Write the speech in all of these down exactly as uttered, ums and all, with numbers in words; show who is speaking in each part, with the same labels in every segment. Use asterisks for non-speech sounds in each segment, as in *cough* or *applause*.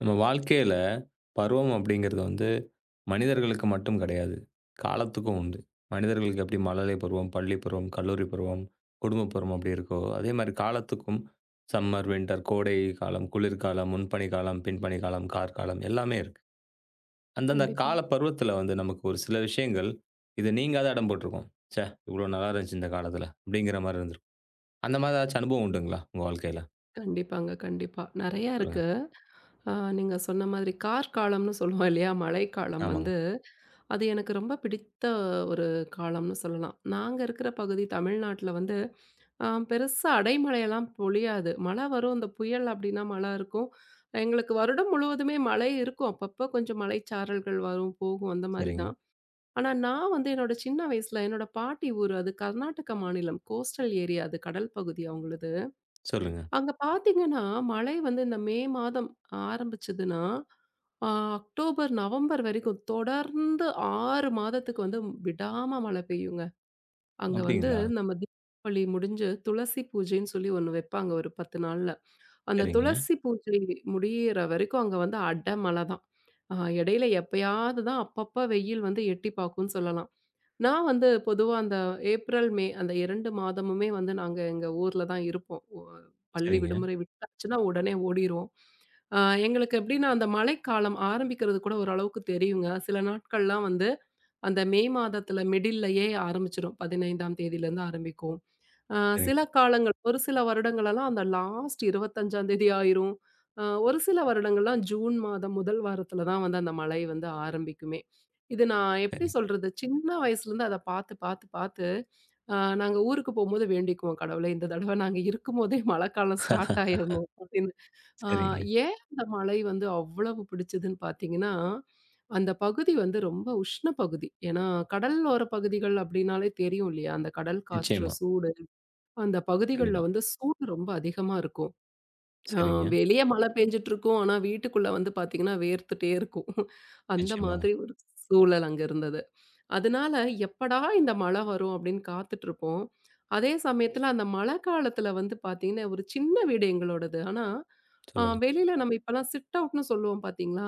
Speaker 1: நம்ம வாழ்க்கையில பருவம் அப்படிங்கிறது வந்து மனிதர்களுக்கு மட்டும் கிடையாது. காலத்துக்கும் உண்டு. மனிதர்களுக்கு எப்படி மழலை பருவம், பள்ளி பருவம், கல்லூரி பருவம், குடும்ப பருவம் அப்படி இருக்கோ, அதே மாரி காலத்துக்கும் சம்மர், வின்டர், கோடை காலம், குளிர்காலம், முன்பனி காலம், பின்பனி காலம், கார்காலம் எல்லாமே இருக்கு. அந்தந்த
Speaker 2: கண்டிப்பா.
Speaker 1: கால பருவத்தில வந்து நமக்கு ஒரு சில விஷயங்கள், இது நீங்காத அடம் போட்டுருக்கும். "ச்சே! இவ்வளோ நல்லா இருந்துச்சு இந்த காலத்தில." அப்படிங்கிற மாரி இருந்திருக்கும். அந்த மாரி ஏதாச்சும் அனுபவம் உண்டுங்களா? உங்க வாழ்க்கையில?
Speaker 2: கண்டிப்பாங்க, கண்டிப்பா. நெறையா
Speaker 1: சொல்லுங்க.
Speaker 2: இருக்கு. ஆ நீங்க சொன்ன மாதிரி கார்காலம்னு சொல்லுவோம் இல்லையா? மழைக்காலம்
Speaker 1: ஆமாங்க.
Speaker 2: வந்து, அது எனக்கு ரொம்ப பிடித்த ஒரு காலம்னு சொல்லலாம். நாங்க இருக்கிற பகுதி தமிழ்நாட்ல வந்து, ஆ பெருசா அடைமழையெல்லாம் பொழியாது. மழை வரும். இந்த புயல் அப்படின்னா மழை இருக்கும். எங்களுக்கு வருடம் முழுவதுமே மழை இருக்கும். அப்பப்போ கொஞ்சம் மழைச்சாரல்கள் வரும், போகும் அந்த மாரி
Speaker 1: சரிங்க.
Speaker 2: தான். ஆனா நான் வந்து என்னோட சின்ன வயசுல என்னோட பாட்டி ஊர் அது கர்நாடக மாநிலம். கோஸ்டல் ஏரியா அது கடல் பகுதி அவங்களுது.
Speaker 1: சொல்லுங்க.
Speaker 2: அங்க பார்த்தீங்கன்னா, மழை வந்து இந்த மே மாதம் ஆரம்பிச்சதுன்னா, அ அக்டோபர், நவம்பர் வரைக்கும் தொடர்ந்து ஆறு மாதத்துக்கு வந்து விடாம மழை பெய்யுங்க. அங்க வந்து
Speaker 1: அப்படிங்களா?
Speaker 2: நம்ம தீபாவளி முடிஞ்சு துளசி பூஜைன்னு சொல்லி ஒண்ணு வைப்பாங்க ஒரு பத்து நாள்ல. அந்த
Speaker 1: சரிங்க,
Speaker 2: துளசி பூஜை முடியிற வரைக்கும் அங்க வந்து அடமழை தான். அ இடையில எப்பயாவது தான் அப்பப்ப வெயில் வந்து எட்டி பார்க்கும்னு சொல்லலாம். நான் வந்து பொதுவா அந்த ஏப்ரல், மே அந்த ரெண்டு மாதமுமே வந்து நாங்க எங்க ஊர்ல தான் இருப்போம். ஒ பள்ளி
Speaker 1: சரிங்க.
Speaker 2: விடுமுறை விட்டாச்சுன்னா உடனே ஓடிருவோம். அ எங்களுக்கு எப்படின்னா அந்த மழைக்காலம் ஆரம்பிக்கிறது கூட ஓரளவுக்கு தெரியுங்க. சில நாட்கள்லாம் வந்து அந்த மே மாதத்துல மிடில்லயே ஆரம்பிச்சுரும். 15ஆம் தேதியிலேருந்து ஆரம்பிக்கும். அ சில
Speaker 1: சரிங்க,
Speaker 2: காலங்கள் ஒரு சில வருடங்களெல்லாம் அந்த லாஸ்ட் 25ஆம் தேதி ஆயிரும். அ ஒரு சில வருடங்கள்லாம் ஜூன் மாதம் முதல் வாரத்துல தான் வந்து அந்த மழை வந்து ஆரம்பிக்குமே. இது நான் எப்படி
Speaker 1: சரிங்க,
Speaker 2: சொல்றது? சின்ன வயசுலேருந்து அத பார்த்து, பார்த்து, பார்த்து. அ நாங்க ஊருக்கு போம்போது வேண்டிக்குவோம், "கடவுளே இந்த தடவ நாங்க இருக்கும்போதே மழைக்காலம் ஸ்டார்ட் ஆயிரணும்" அப்படின்னு. அ
Speaker 1: சரிங்க.
Speaker 2: ஏன் அந்த மழை வந்து அவ்வளவு பிடிச்சதுன்னு பார்த்தீங்கன்னா, அந்த பகுதி வந்து ரொம்ப உஷ்ண பகுதி. ஏன்னா கடலோர பகுதிகள் அப்படின்னாலே தெரியும் இல்லையா? அந்த கடல் காற்று,
Speaker 1: நிச்சயமா.
Speaker 2: சூடு. அந்த பகுதிகள்ல
Speaker 1: கண்டிப்பா.
Speaker 2: வந்து சூடு ரொம்ப அதிகமா இருக்கும். அ
Speaker 1: சரிங்க.
Speaker 2: வெளிய மழை பெஞ்சுட்டுருக்கும். ஆனா, வீட்டுக்குள்ள வந்து பார்த்தீங்கன்னா, வேர்த்துட்டே இருக்கும். அந்த
Speaker 1: நிச்சயமாங்க.
Speaker 2: மாதிரி ஒரு சூழல் அங்க இருந்தது. அதனால, எப்படா இந்த மழை வரும் அப்படின்னு காத்துட்டுருப்போம். அதே சமயத்துல அந்த மழை காலத்துல வந்து பார்த்தீங்கன்னா, ஒரு சின்ன வீடு எங்களோடது. ஆனா, அ
Speaker 1: சொல்லுங்க.
Speaker 2: வெளியில நம்ம இப்பலாம் சிட் அவுட்ன்னு சொல்லுவோம் பார்த்தீங்களா?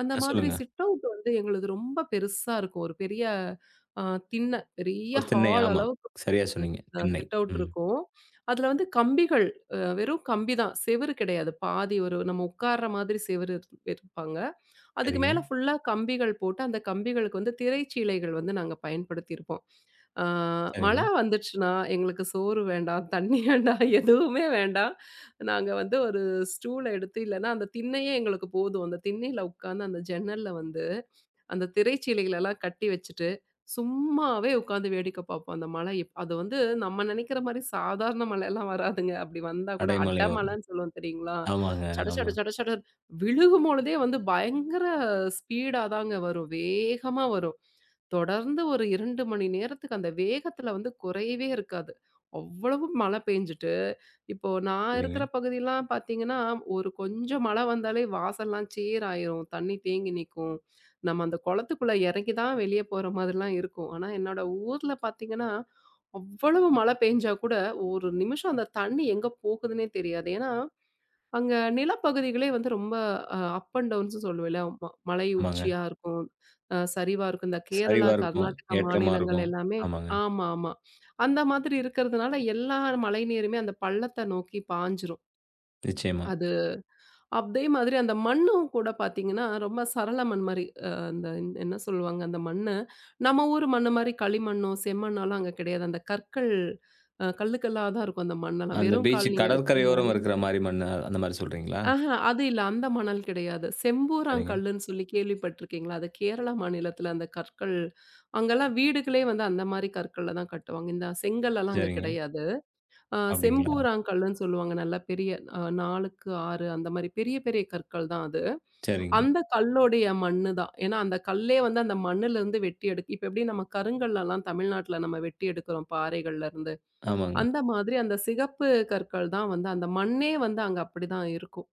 Speaker 2: அந்த
Speaker 1: ஆ
Speaker 2: மாதிரி
Speaker 1: சொல்லுங்க.
Speaker 2: சிட் அவுட் வந்து எங்களுது ரொம்ப பெருசா இருக்கும். ஒரு பெரிய அ திண்ண பெரிய
Speaker 1: ஒரு திண்ணை.
Speaker 2: ஹால்
Speaker 1: ஆமா.
Speaker 2: அளவுக்கு
Speaker 1: சரியா சொன்னீங்க.
Speaker 2: அ
Speaker 1: திண்ணை.
Speaker 2: சிட் அவுட்
Speaker 1: ம்.
Speaker 2: இருக்கும். அதுல வந்து கம்பிகள் அ வெறும் கம்பி தான். செவுரு கிடையாது. பாதி ஒரு நம்ம உட்கார்ற மாதிரி செவுரு இரு இருப்பாங்க. அதுக்கு
Speaker 1: சரிங்க,
Speaker 2: மேல ஃபுல்லா கம்பிகள் போட்டு, அந்த கம்பிகளுக்கு வந்து திரைச்சீலைகள் வந்து நாங்க பயன்படுத்தியிருப்போம். ஆ
Speaker 1: சரிங்க.
Speaker 2: மழை வந்துச்சுன்னா, எங்களுக்கு சோறு வேண்டாம், தண்ணி *laughs* வேண்டாம், எதுவுமே வேண்டாம். நாங்க வந்து ஒரு ஸ்டூல எடுத்து இல்லன்னா அந்த திண்ணையே எங்களுக்கு போதும். அந்த திண்ணையில உட்கார்ந்து அந்த ஜன்னல்ல வந்து அந்த திரைச்சீலைகளெல்லாம் கட்டி வச்சுட்டு, சும்மாவே உட்காந்து வேடிக்கை பார்ப்போம். அந்த மழை எப் அது வந்து நம்ம நெனைக்கிற மாரி சாதாரண மழைலாம் வராதுங்க. அப்படி வந்தா கூட
Speaker 1: அடைமழையோரம்.
Speaker 2: அடமழைன்னு சொல்லுவோம் தெரியுங்களா?
Speaker 1: ஆமாங்க,
Speaker 2: சட சட
Speaker 1: ஆமா.
Speaker 2: சட சடன்னு விழுகும்பொழுதே வந்து பயங்கர ஸ்பீடா தாங்க வரும். வேகமா வரும். தொடர்ந்து ஒரு ரெண்டு மணி நேரத்துக்கு அந்த வேகத்தில வந்து குறையவே இருக்காது. அவ்வளவு மழை பெஞ்சுட்டு இப்போ நான்
Speaker 1: சரிங்க.
Speaker 2: இருக்கிற பகுதிலாம் பார்த்தீங்கன்னா, ஒரு கொஞ்சம் மழை வந்தாலே வாசல்லாம் சேர் ஆயிரும். தண்ணி தேங்கி நிக்கும். நம்ம அந்த குளத்துக்குள்ள இறங்கி தான் வெளிய போற மாதிரிலாம் இருக்கும். ஆனா, என்னோட ஊர்ல பார்த்தீங்கன்னா, அவ்வளவு மழை பெஞ்சா கூட ஒரு நிமிஷம் அந்த தண்ணி எங்க போகுதுன்னே தெரியாது. ஏன்னா, அங்க நிலப்பகுதிகளே வந்து ரொம்ப அ அப் அண்ட் டவுன்ஸ்னு சொல்லுவேன்ல. ம மலை
Speaker 1: ஆமாங்க.
Speaker 2: உச்சியா இருக்கும். அ சரிவா இருக்கும். இந்த கேரளா,
Speaker 1: சரிவா இருக்கும்.
Speaker 2: கர்நாடகா
Speaker 1: ஏற்றமா
Speaker 2: மாநிலங்கள்
Speaker 1: இருக்கும்.
Speaker 2: எல்லாமே
Speaker 1: ஆமாங்க.
Speaker 2: ஆமா, ஆமா. அந்த மாதிரி இருக்கிறதுனால எல்லா மழைநீருமே அந்த பள்ளத்த நோக்கி பாய்ஞ்சிரும்.
Speaker 1: நிச்சயமா.
Speaker 2: அது அதே மாதிரி அந்த மண்ணும் கூட பார்த்தீங்கன்னா, ரொம்ப சரள மண் மாரி. அ அந்த இந்த- என்ன சொல்லுவாங்க அந்த மண்ணு, நம்ம ஊர் மண்ணு மாரி களிமண்ணோ, செம்மண்ணோலாம் அங்க கிடையாது. அந்த கற்கள் அ கல்லுக்கல்லா தான் இருக்கும் அந்த மண்ணெல்லாம்.
Speaker 1: அந்த
Speaker 2: வெறும்
Speaker 1: பீச்
Speaker 2: கால் நீங்க
Speaker 1: கடற்கரையோரம்
Speaker 2: வச்சீங்கனாலே
Speaker 1: இருக்கிற மாரி மண்ணு. அந்த மாரி சொல்றீங்களா?
Speaker 2: ஆஹ, அது இல்ல. அந்த மணல் கிடையாது.
Speaker 1: சரிங்க,
Speaker 2: செம்பூராங்கல்லுன்னு சொல்லி கேள்விப்பட்டிருக்கீங்களா? அது கேரளா மாநிலத்தில அந்த கற்கள் அங்கலாம் வீடுகளே வந்து அந்த மாரி கற்கள்ல தான் கட்டுவாங்க. இந்த செங்கல்லலாம் அங்க
Speaker 1: சரிங்க.
Speaker 2: கிடையாது. அ
Speaker 1: அப்படிங்களா?
Speaker 2: செம்பூராங்கல்லுன்னு சொல்லுவாங்க. நல்லா பெரிய அ 4க்கு ஆறு அந்த மாரி பெரிய பெரிய கற்கள் தான் அது.
Speaker 1: சரிங்க.
Speaker 2: அந்த கல்லுடைய மண்ணு தான். ஏன்னா, அந்த கல்லே வந்து அந்த மண்ணுலருந்து வெட்டி எடுக் இப்ப எப்படி நம்ம கருங்கல்லலாம் தமிழ்நாட்ல நம்ம வெட்டி எடுக்கிறோம் பாறைகள்லருந்து.
Speaker 1: ஆமாங்க.
Speaker 2: அந்த மாதிரி அந்த சிகப்பு கற்கள் தான் வந்து அந்த மண்ணே வந்து அங்க அப்படிதான் இருக்கும்.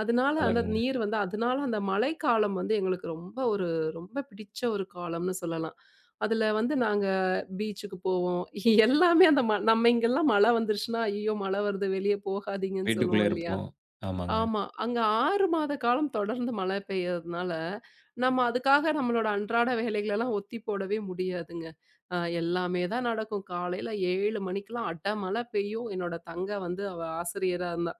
Speaker 2: அதனால அந்த
Speaker 1: அழகுங்க.
Speaker 2: நீர் வந்து அதனால அந்த மழைக்காலம் வந்து எங்களுக்கு ரொம்ப ஒரு ரொம்ப பிடிச்ச ஒரு காலம்னு சொல்லலாம். அதுல வந்து நாங்க பீச்சுக்கு போவோம். எல்லாமே அந்த ம நம்ம இங்கெல்லாம் மழை வந்துருச்சுன்னா, "ஐயய்யோ! மழை வருது வெளிய போகாதீங்கன்னு" சொல்லுவோம்
Speaker 1: வீட்டுக்குள்ளே
Speaker 2: இல்லையா?
Speaker 1: இருப்போம். ஆமாங்க.
Speaker 2: ஆமா. அங்க ஆறு மாத காலம் தொடர்ந்து மழை பெய்யறதுனால, நம்ம அதுக்காக நம்மளோட அன்றாட வேலைகளெல்லாம் ஒத்தி போடவே முடியாதுங்க. அ எல்லாமே தான் நடக்கும். காலையில ஏழு மணிக்கெல்லாம் அட மழை பெய்யும். என்னோட தங்க வந்து அவ ஆசிரியரா இருந்தா.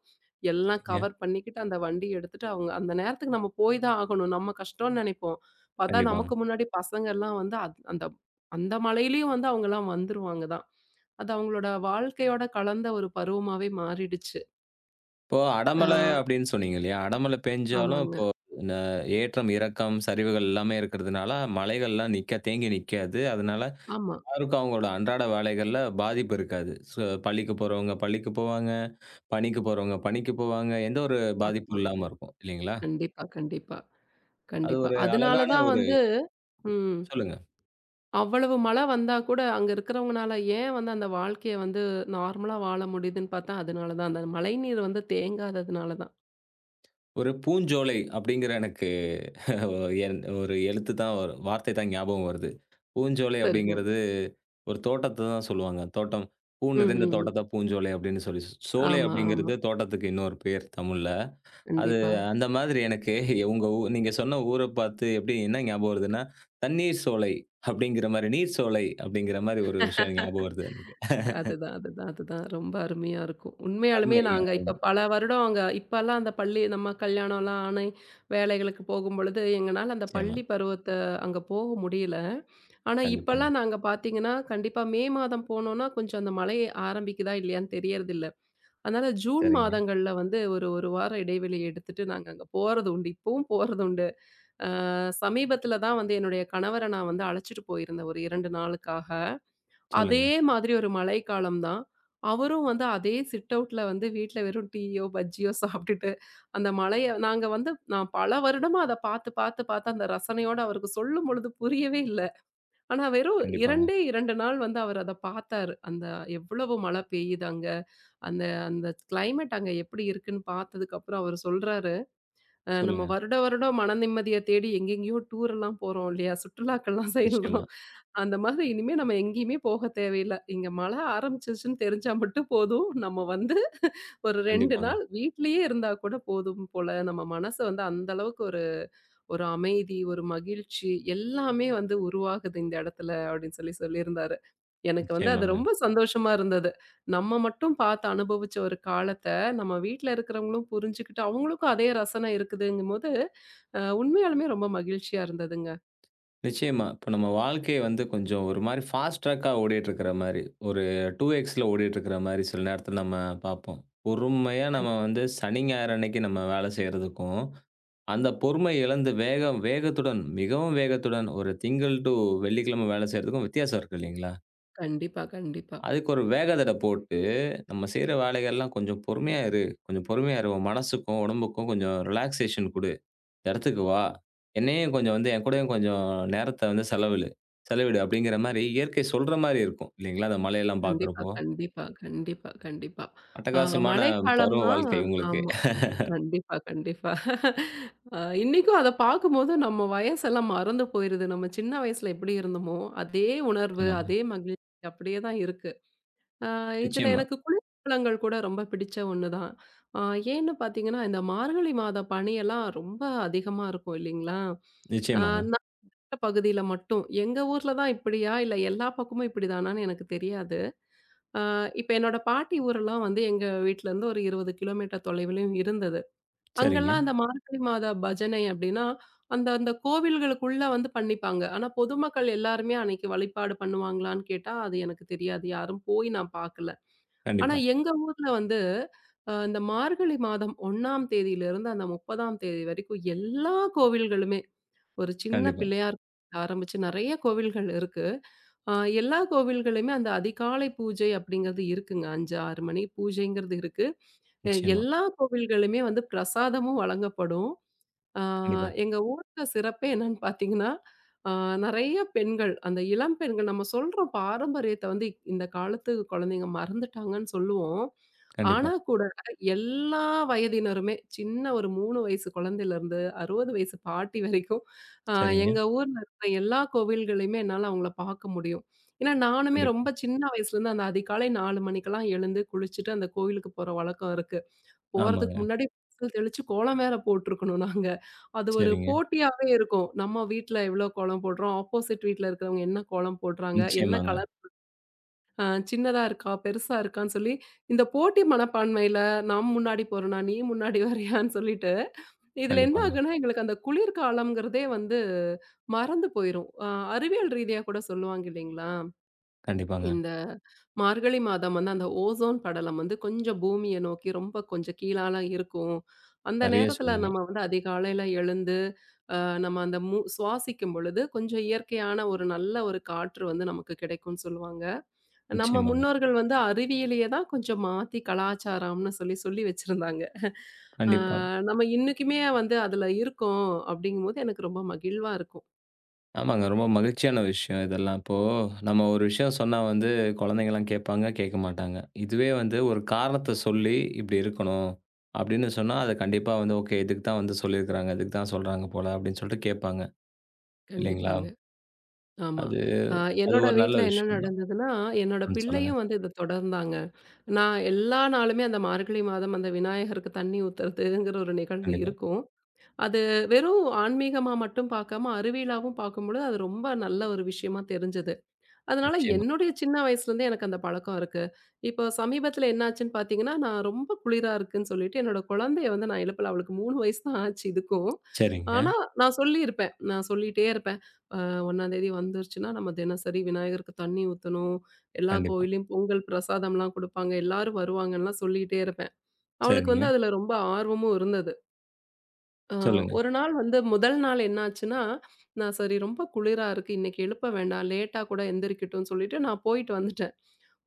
Speaker 2: எல்லாம்
Speaker 1: சரிங்க.
Speaker 2: கவர் பண்ணிக்கிட்டு அந்த வண்டி எடுத்துட்டு அவங்க அந்த நேரத்துக்கு நம்ம போய் தான் ஆகணும். நம்ம கஷ்டம்னு நெனைப்போம். பார்த்தா
Speaker 1: கண்டிப்பாங்க.
Speaker 2: நமக்கு முன்னாடி பசங்கலாம் வந்து அத் அந்த அந்த மழையிலயும் வந்து அவங்கலாம் வந்துருவாங்க தான். அது அவங்களோட வாழ்க்கையோட கலந்த ஒரு பருவமாவே மாறிடுச்சு.
Speaker 1: இப்போ
Speaker 2: ஆ
Speaker 1: அடமழை அப்படின்னு சொன்னீங்க இல்லையா? அடமழை பேஞ்சாலும்
Speaker 2: ஆமாங்க.
Speaker 1: இப்போ ந ஏற்றம், இறக்கம், சரிவுகள் எல்லாமே இருக்கிறதுனால மலைகள்லாம் நிக்க தேங்கி நிக்காது. அதனால
Speaker 2: ஆமா.
Speaker 1: யாருக்கும் அவங்களோட அன்றாட வேலைகள்ல பாதிப்பு இருக்காது. சோ பள்ளிக்கு போறவங்க பள்ளிக்கு போவாங்க, பணிக்கு போறவங்க பணிக்கு போவாங்க. எந்த ஒரு
Speaker 2: ஆமா.
Speaker 1: பாதிப்பும் இல்லாம இருக்கும் இல்லைங்களா?
Speaker 2: கண்டிப்பா, கண்டிப்பா,
Speaker 1: அது
Speaker 2: கண்டிப்பா.
Speaker 1: ஒரு
Speaker 2: அதனால
Speaker 1: அழகான
Speaker 2: தான்
Speaker 1: ஒரு
Speaker 2: வந்து. ம்.
Speaker 1: சொல்லுங்க.
Speaker 2: அவ்வளவு மழை வந்தா கூட அங்க இருக்கிறவங்கனால ஏன் வந்து அந்த வாழ்க்கைய வந்து நார்மலா வாழ முடியுதுன்னு பார்த்தா, அதனால தான். அந்த மழைநீர் வந்து தேங்காததுனால தான்.
Speaker 1: ஒரு பூஞ்சோலை அப்படிங்கிற எனக்கு *laughs* ஒரு என் ஒரு எழுத்து தான் வரும். வார்த்தை தான் ஞாபகம் வருது. பூஞ்சோலை
Speaker 2: சரிங்க.
Speaker 1: அப்படிங்கிறது ஒரு தோட்டத்த தான் சொல்லுவாங்க. தோட்டம் பூ
Speaker 2: ம்,
Speaker 1: நிறைந்த
Speaker 2: ம்,
Speaker 1: தோட்டத்த
Speaker 2: ம்.
Speaker 1: பூஞ்சோலை அப்படின்னு சொல்லி சோலை
Speaker 2: ஆமா, ஆமா.
Speaker 1: அப்படிங்கிறது தோட்டத்துக்கு இன்னொரு பேர் தமிழ்ல. அது
Speaker 2: கண்டிப்பா.
Speaker 1: அந்த மாதிரி எனக்கு உங்க ஊ நீங்க சொன்ன ஊர பார்த்து எப்படி என்ன ஞாபகம் வருதுன்னா, "தண்ணீர் சோலை" அப்படிங்கிற மாரி நீர் சோலை அப்படிங்கிற மாரி ஒரு விஷயம் ஞாபகம் வருது எனக்கு.
Speaker 2: அதுதான், அதுதான், அதுதான். ரொம்ப அருமையா இருக்கும். உண்மையாலுமே
Speaker 1: அருமைங்க.
Speaker 2: நாங்க இப்ப பல வருடம் அங்க இப்பலாம் அந்த பள்ளி நம்ம கல்யாணம்லாம் ஆன வேலைகளுக்கு போகும்பொழுது, எங்கனால அந்த
Speaker 1: நிச்சயமா.
Speaker 2: பள்ளி பருவத்த அங்க போக முடியல. ஆனா,
Speaker 1: கண்டிப்பாங்க.
Speaker 2: இப்பல்லாம் நாங்க பார்த்தீங்கன்னா, கண்டிப்பா மே மாதம் போனோம்னா, கொஞ்சம் அந்த மழை ஆரம்பிக்குதா இல்லையான்னு தெரியறதில்ல. அதனால ஜூன்
Speaker 1: சரிங்க.
Speaker 2: மாதங்கள்ல வந்து ஒரு 1 வார இடைவெளி எடுத்துட்டு நாங்க அங்க போறது உண்டு. இப்பவும் போறது உண்டு. அ சமீபத்தில தான் வந்து என்னுடைய கணவர நான் வந்து அழைச்சிட்டு போயிருந்தேன் ஒரு ரெண்டு நாளுக்காக. அதே
Speaker 1: சொல்லுங்க.
Speaker 2: மாதிரி ஒரு மழைக்காலம் தான். அவரும் வந்து அதே சிட் அவுட்ல வந்து வீட்ல வெறும் டீயோ, பஜ்ஜியோ சாப்பிட்டுட்டு அந்த மழைய நாங்க வந்து நான் பல வருடமா அத பார்த்து, பார்த்து, பார்த்து அந்த ரசனையோட அவருக்கு சொல்லும்பொழுது புரியவே இல்ல. ஆனா, வெறும்
Speaker 1: கண்டிப்பாங்க.
Speaker 2: ரெண்டு ரெண்டு நாள் வந்து அவர் அத பார்த்தாரு. அந்த எவ்வளவு மழை பெய்யுது அங்க. அந்த அந்த கிளைமேட் அங்க எப்படி இருக்குன்னு பார்த்ததுக்கப்புறம் அவர் சொல்றாரு, "அ நம்ம
Speaker 1: சொல்லுங்க.
Speaker 2: வருட வருடம் மன நிம்மதிய தேடி எங்கெங்கேயோ டூர்லாம் போறோம் இல்லையா? சுற்றுலாக்கள்லாம்
Speaker 1: நிச்சயமா.
Speaker 2: செல்றோம். அந்த மாதிரி இனிமே நம்ம எங்கேயுமே போக தேவையில்ல. இங்க மழை ஆரம்பிச்சிருச்சுன்னு தெரிஞ்சா மட்டும் போதும். நம்ம வந்து ஒரு ரெண்டு
Speaker 1: கண்டிப்பாங்க.
Speaker 2: நாள் வீட்லயே இருந்தா கூட போதும் போல. நம்ம மனச வந்து அந்த அளவுக்கு ஒரு ஒரு அமைதி, ஒரு மகிழ்ச்சி எல்லாமே வந்து உருவாகுது இந்த இடத்துல அப்படின்னு சொல்லி சொல்லியிருந்தாரு. எனக்கு வந்து அது
Speaker 1: நிச்சயமாங்க.
Speaker 2: ரொம்ப சந்தோஷமா இருந்தது. நம்ம மட்டும் பார்த்து அனுபவிச்ச ஒரு காலத்த நம்ம வீட்ல இருக்கிறவங்களும் புரிஞ்சுகிட்டு, அவங்களுக்கும் அதே ரசனை இருக்குதுங்கும்போது, அ உண்மையாலுமே ரொம்ப மகிழ்ச்சியா இருந்ததுங்க.
Speaker 1: நிச்சயமா. இப்ப நம்ம வாழ்க்கை வந்து கொஞ்சம் ஒரு மாரி ஃபாஸ்ட் ட்ராக்கா ஓடிட்டுருக்கிற மாரி, ஒரு டூ எக்ஸ்ல ஓடிட்டுருக்கிற மாரி சில நேரத்தில நம்ம பார்ப்போம். பொறுமையா
Speaker 2: கண்
Speaker 1: நம்ம வந்து சனி, ஞாயிறு அன்னைக்கு நம்ம வேலை செய்றதுக்கும், அந்த பொறுமை இழந்து வேகம் வேகத்துடன், மிகவும் வேகத்துடன் ஒரு திங்கள் டூ வெள்ளிக்கிழமை வேலை செய்றதுக்கும் வித்தியாசம் இருக்கு இல்லைங்களா?
Speaker 2: கண்டிப்பா, கண்டிப்பா.
Speaker 1: அதுக்கு ஒரு வேக தட போட்டு, நம்ம செய்ற வேலைகள்லாம் கொஞ்சம் பொறுமையா இரு. கொஞ்சம் பொறுமையா இரு. உன் மனசுக்கும், உடம்புக்கும் கொஞ்சம் ரிலாக்சேஷன் குடு. இந்த இடத்துக்கு வா. என்னையும் கொஞ்சம் வந்து என் கூடயும் கொஞ்சம் நேரத்த வந்து செலவிடு செலவிடு அப்படிங்கிற மாரி இயற்கை சொல்ற மாரி இருக்கும். இல்லைங்களா? அந்த மலையெல்லாம்
Speaker 2: கண்டிப்பா,
Speaker 1: பார்க்குறப்போ.
Speaker 2: கண்டிப்பா, கண்டிப்பா, கண்டிப்பா. அ
Speaker 1: அட்டகாசமான பருவ
Speaker 2: மழைக்காலம்னா
Speaker 1: வாழ்க்கை உங்களுக்கு.
Speaker 2: ஆமா. கண்டிப்பா, கண்டிப்பா. அ இன்னைக்கும் அத பார்க்கும்போது நம்ம வயசெல்லாம் மறந்து போயிருது. நம்ம சின்ன வயசுல எப்படி இருந்தோமோ, அதே உணர்வு,
Speaker 1: ஆமாங்க.
Speaker 2: அதே மகிழ்ச்சி அப்படியே தான் இருக்கு. அ இதுல
Speaker 1: நிச்சயமா,
Speaker 2: எனக்கு குளிர்பழங்கள் கூட ரொம்ப பிடிச்ச ஒண்ணு தான். அ ஏன்னு பார்த்தீங்கன்னா, இந்த மார்கழி மாத பனியெல்லாம் ரொம்ப அதிகமா இருக்கும் இல்லைங்களா? அ
Speaker 1: நிச்சயமாங்க.
Speaker 2: நகர பகுதியில மட்டும். எங்க ஊர்ல தான் இப்படியா? இல்ல எல்லா பக்கமும் இப்படிதானான்னு எனக்கு தெரியாது. அ இப்ப என்னோட பாட்டி ஊரெல்லாம் வந்து எங்க வீட்ல இருந்து ஒரு இருபது கிலோமீட்டர் தொலைவிலும் இருந்தது.
Speaker 1: சரிங்க.
Speaker 2: அங்கெல்லாம் அந்த மார்கழி மாத பஜனை அப்படின்னா, அந்த அந்த கோவில்களுக்குள்ள வந்து பண்ணிப்பாங்க. ஆனா பொதுமக்கள் எல்லாருமே அன்னைக்கு வழிபாடு பண்ணுவாங்களான்னு கேட்டா, அது எனக்கு தெரியாது. யாரும் போய் நான் பார்க்கல. ஆனா
Speaker 1: கண்டிப்பா,
Speaker 2: எங்க ஊர்ல வந்து அ இந்த மார்கழி மாதம் 1ஆம் தேதியிலிருந்து அந்த 30ஆம் தேதி வரைக்கும் எல்லா கோவில்களுமே, ஒரு சின்ன
Speaker 1: கண்டிப்பா.
Speaker 2: பிள்ளையார் ஆரம்பிச்சு நெறைய கோவில்கள் இருக்கு. அ எல்லா கோவில்களையுமே அந்த அதிகாலை பூஜை அப்படிங்கிறது இருக்குங்க. அஞ்சு, ஆறு மணி பூஜைங்கிறது இருக்கு. அ
Speaker 1: நிச்சயமா.
Speaker 2: எல்லா கோவில்களுமே வந்து பிரசாதமும் வழங்கப்படும். ஆ
Speaker 1: கண்டிப்பா,
Speaker 2: எங்க ஊர்ல சிறப்பே என்னன்னு பார்த்தீங்கன்னா, ஆ நெறைய பெண்கள், அந்த இளம் பெண்கள் நம்ம சொல்றோம் பாரம்பரியத்த வந்து இந்த காலத்து குழந்தைங்க மறந்துட்டாங்கன்னு சொல்லுவோம். ஆனா
Speaker 1: கண்டிப்பா.
Speaker 2: கூட எல்லா வயதினருமே, சின்ன ஒரு மூணு வயசு குழந்தையிலருந்து அறுபது வயசு பாட்டி வரைக்கும், ஆ
Speaker 1: சரிங்க.
Speaker 2: எங்க ஊர்ல இருக்கிற எல்லா கோவில்களையுமே என்னால அவங்கள பார்க்க முடியும். ஏன்னா நானுமே
Speaker 1: கண்டிப்பா.
Speaker 2: ரொம்ப சின்ன வயசுலேருந்து அந்த அதிகாலை நாலு மணிக்கெல்லாம் எழுந்து குளிச்சுட்டு அந்த கோவிலுக்கு போற வழக்கம் இருக்கு. போறதுக்கு
Speaker 1: ஆமாங்க.
Speaker 2: முன்னாடி பென்சில் தெளிச்சு கோலம் வேற போட்டுருக்கணும் நாங்க. அது ஒரு
Speaker 1: சரிங்க.
Speaker 2: போட்டியாவே இருக்கும். நம்ம வீட்ல எவ்ளோ கோலம் போடுறோம்? ஆப்போசிட் வீட்ல இருக்கிறவங்க என்ன கோலம் போடுறாங்க? என்ன
Speaker 1: நிச்சயமாங்க.
Speaker 2: கலர்? அ சின்னதா இருக்கா? பெருசா இருக்கான்னு சொல்லி, இந்த போட்டி மனப்பான்மையில நான் முன்னாடி போறேனா? நீ முன்னாடி வரியான்னு சொல்லிட்டு, இதுல என்ன
Speaker 1: கண்டிப்பாங்க,
Speaker 2: ஆகுன்னா, எங்களுக்கு அந்த குளிர்காலம்ங்கிறதே வந்து மறந்து போயிரும். அ அறிவியல் ரீதியா கூட சொல்லுவாங்க இல்லைங்களா?
Speaker 1: கண்டிப்பாங்க.
Speaker 2: இந்த மார்கழி மாதம் வந்து அந்த ஓசோன் படலம் வந்து கொஞ்சம் பூமிய நோக்கி ரொம்ப கொஞ்சம் கீழால இருக்கும். அந்த
Speaker 1: நெறைய
Speaker 2: நேரத்துல
Speaker 1: சொன்னீங்க.
Speaker 2: நம்ம வந்து அதிகாலையில எழுந்து, அ நம்ம அந்த மூ சுவாசிக்கும் பொழுது கொஞ்சம் இயற்கையான ஒரு நல்ல ஒரு காற்று வந்து நமக்கு கிடைக்கும்னு சொல்லுவாங்க. நம்ம
Speaker 1: நிச்சயமாங்க.
Speaker 2: முன்னோர்கள் வந்து அறிவியலையே தான் கொஞ்சம் மாத்தி கலாச்சாரம்னு சொல்லி, சொல்லி வச்சிருந்தாங்க. அ
Speaker 1: கண்டிப்பா.
Speaker 2: நம்ம இன்னைக்குமே வந்து அதுல இருக்கோம் அப்படிங்கும்போது எனக்கு ரொம்ப மகிழ்வா இருக்கும்.
Speaker 1: ஆமாங்க. ரொம்ப மகிழ்ச்சியான விஷயம் இதெல்லாம். இப்போ நம்ம ஒரு விஷயம் சொன்னா வந்து குழந்தைங்கலாம் கேட்பாங்க, கேட்க மாட்டாங்க. இதுவே வந்து ஒரு காரணத்த சொல்லி "இப்படி இருக்கணும்" அப்படின்னு சொன்னா, அது கண்டிப்பா வந்து ஓகே இதுக்கு தான் வந்து சொல்லியிருக்கிறாங்க. இதுக்கு தான் சொல்றாங்க போல அப்படின்னு சொல்லிட்டு கேட்பாங்க. இல்லைங்களா?
Speaker 2: கண்டிப்பாங்க. ஆமா.
Speaker 1: அது
Speaker 2: அ
Speaker 1: அது
Speaker 2: என்னோட
Speaker 1: ஒரு நல்ல
Speaker 2: வீட்ல என்ன
Speaker 1: விஷயம் தான்.
Speaker 2: நடந்ததுன்னா, என்னோட
Speaker 1: ம். சொல்லுங்க.
Speaker 2: பிள்ளையும் வந்து இத தொடர்ந்தாங்க. நான் எல்லா நாளுமே அந்த மார்கழி மாதம் அந்த விநாயகருக்கு தண்ணி ஊத்துறதுங்கிற ஒரு நிகழ்வு
Speaker 1: கண்டிப்பா.
Speaker 2: இருக்கும். அது வெறும் ஆன்மீகமா மட்டும் பார்க்காம, அறிவியலாவும் பார்க்கும்பொழுது அது ரொம்ப நல்ல ஒரு விஷயமா தெரிஞ்சது. அதனால
Speaker 1: நிச்சயமா.
Speaker 2: என்னுடைய சின்ன வயசுலேருந்தே எனக்கு அந்த பழக்கம் இருக்கு. இப்போ சமீபத்தில என்ன ஆச்சுன்னு பார்த்தீங்கன்னா, நான் ரொம்ப குளிரா இருக்குன்னு சொல்லிட்டு என்னோட குழந்தைய வந்து நான் எழுப்பல. அவளுக்கு மூணு வயசு தான் ஆச்சு இதுக்கும்.
Speaker 1: சரிங்க.
Speaker 2: ஆனா நான் சொல்லியிருப்பேன். நான் சொல்லிட்டே இருப்பேன். அ ஒன்னாம் தேதி வந்துருச்சுன்னா, நம்ம தினசரி விநாயகருக்கு தண்ணி ஊத்தணும். எல்லா
Speaker 1: கண்டிப்பா.
Speaker 2: கோயில்லயும் பொங்கல் பிரசாதம்லாம் குடுப்பாங்க. எல்லாரும் வருவாங்கன்லாம் சொல்லிட்டே இருப்பேன். அவளுக்கு
Speaker 1: சரிங்க.
Speaker 2: வந்து அதில ரொம்ப ஆர்வமும் இருந்தது. அ
Speaker 1: சொல்லுங்க.
Speaker 2: ஒரு நாள் வந்து முதல் நாள் என்னாச்சுன்னா, நான் சரி ரொம்ப குளிரா இருக்கு. இன்னைக்கு எழுப்ப வேண்டாம். லேட்டா கூட எந்திரிக்கட்டும்னு சொல்லிட்டு நான் போயிட்டு வந்துட்டேன்.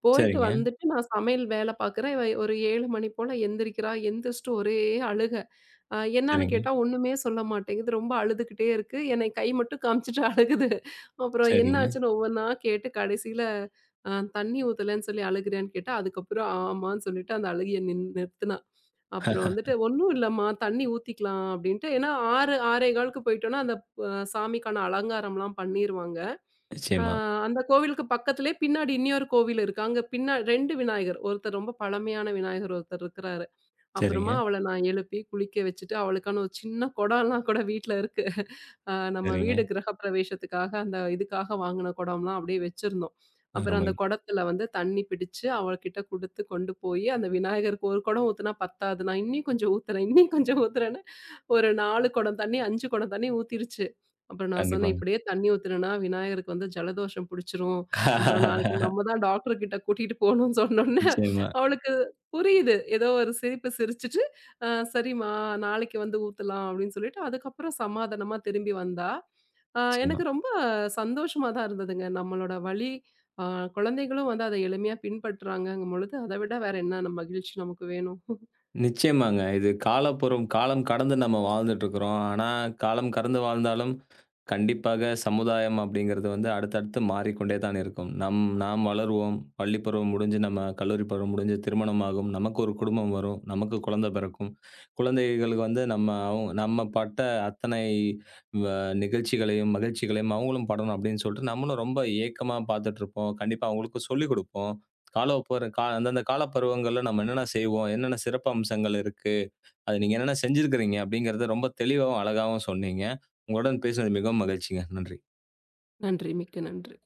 Speaker 2: போயிட்டு
Speaker 1: சரிங்க.
Speaker 2: வந்துட்டு நான் சமையல் வேலை பார்க்குறேன். இவ ஒரு ஏழு மணி போல எந்திரிக்கிறா. எந்திரிச்சுட்டு ஒரே அழுக. அ என்னான்னு
Speaker 1: சரிங்க.
Speaker 2: கேட்டா ஒண்ணுமே சொல்ல மாட்டேங்குது. ரொம்ப அழுதுகிட்டே இருக்கு. என்னை கை மட்டும் காமிச்சுட்டு அழுகுது. அப்புறம்
Speaker 1: சரிங்க.
Speaker 2: என்னாச்சுன்னு ஒவ்வொன்னா கேட்டு கடைசியில அ தண்ணி ஊத்தலன்னு சொல்லி அழுகுறியான்னு கேட்டா, அதுக்கப்புறம் ஆமான்னு சொல்லிட்டு அந்த அழுகைய நின் நிறுத்துனா. அப்புறம் வந்துட்டு, "ஒண்ணும் இல்லம்மா, தண்ணி ஊத்திக்கலாம்" அப்படின்ட்டு. ஏன்னா ஆறு, 6.15க்கு போயிட்டோம்னா, அந்த ப சாமிக்கான அலங்காரம்லாம் பண்ணிருவாங்க. அ
Speaker 1: நிச்சயமா.
Speaker 2: அந்த கோவிலுக்கு பக்கத்திலேயே பின்னாடி இன்னொரு கோவில் இருக்கு. அங்க பின்னா ரெண்டு விநாயகர். ஒருத்தர் ரொம்ப பழமையான விநாயகர் ஒருத்தர் இருக்கிறாரு. அப்புறமா
Speaker 1: சரிங்க.
Speaker 2: அவள நான் எழுப்பி குளிக்க வச்சுட்டு, அவளுக்கான ஒரு சின்ன குடம்லாம் கூட வீட்ல இருக்கு. அ நம்ம
Speaker 1: சரிங்க.
Speaker 2: வீடு கிரகப்பிரவேசத்துக்காக அந்த இதுக்காக வாங்குன குடம்லாம் அப்படியே வச்சிருந்தோம். அப்புறம் அந்த
Speaker 1: அருமை.
Speaker 2: குடத்துல வந்து தண்ணி பிடிச்சு அவகிட்ட குடுத்து கொண்டு போயி, அந்த விநாயகருக்கு ஒரு குடம் ஊத்துனா பத்தாது. நான் இன்னும் கொஞ்சம் ஊத்துறேன், இன்னும் கொஞ்சம் ஊத்துறேன்னு ஒரு நாலு குடம் தண்ணி, அஞ்சு குடம் தண்ணி ஊத்திருச்சு. அப்புறம் நான் சொன்னேன்,
Speaker 1: கண்டிப்பாங்க.
Speaker 2: "இப்படியே தண்ணி ஊத்துனேன்னா விநாயகருக்கு வந்து ஜலதோஷம் புடிச்சுரும். அப்புறம் நாளைக்கு நம்ம
Speaker 1: *laughs*
Speaker 2: தான் டாக்டர் கிட்ட கூட்டிட்டு போணும்னு" சொன்னோனே,
Speaker 1: நிச்சயமா,
Speaker 2: அவளுக்கு புரியுது. ஏதோ ஒரு சிரிப்பு சிரிச்சுட்டு, "அ சரிம்மா, நாளைக்கு வந்து ஊத்தலாம்" அப்படின்னு சொல்லிட்டு, அதுக்கப்புறம் சமாதானமா திரும்பி வந்தா, அ
Speaker 1: நிச்சயமா.
Speaker 2: எனக்கு ரொம்ப சந்தோஷமா தான் இருந்ததுங்க. நம்மளோட வழி, அ குழந்தைகளும் வந்து அத எளிமையா பின்பற்றுறாங்கங்கும் பொழுது, அத விட வேற என்ன நம் மகிழ்ச்சி நமக்கு வேணும்? *laughs*
Speaker 1: நிச்சயமாங்க. இது காலப்புறம் காலம் கடந்து நம்ம வாழ்ந்துட்டு இருக்கிறோம். ஆனா, காலம் கடந்து வாழ்ந்தாலும், கண்டிப்பாக சமுதாயம் அப்படிங்கிறது வந்து அடுத்தடுத்து மாறிக்கொண்டே தான் இருக்கும். நம் நாம் வளருவோம். பள்ளி பருவம் முடிஞ்சு, நம்ம கல்லூரி பருவம் முடிஞ்சு திருமணமாகும். நமக்கு ஒரு குடும்பம் வரும். நமக்கு குழந்தை பிறக்கும். குழந்தைகளுக்கு வந்து நம்ம அவுங் நம்ம பட்ட அத்தனை வ நிகழ்ச்சிகளையும், மகிழ்ச்சிகளையும் அவங்களும் படணும் அப்படின்னு சொல்லிட்டு, நம்மளும் ரொம்ப ஏக்கமா பார்த்துட்டு இருப்போம். கண்டிப்பா அவங்களுக்கும் சொல்லிக் குடுப்போம். கால பரு கா அந்தந்த காலப்பருவங்கள்ல நம்ம என்னென்ன செய்வோம்? என்னென்ன சிறப்பு அம்சங்கள் இருக்கு? அது நீங்க என்னென்ன செஞ்சிருக்கிறீங்க? அப்படிங்கிறத ரொம்ப தெளிவாவும், அழகாவும் சொன்னீங்க. உங்களுடன் பேசினது மிகவும் மகிழ்ச்சிங்க. நன்றி.
Speaker 2: நன்றி. மிக்க நன்றி.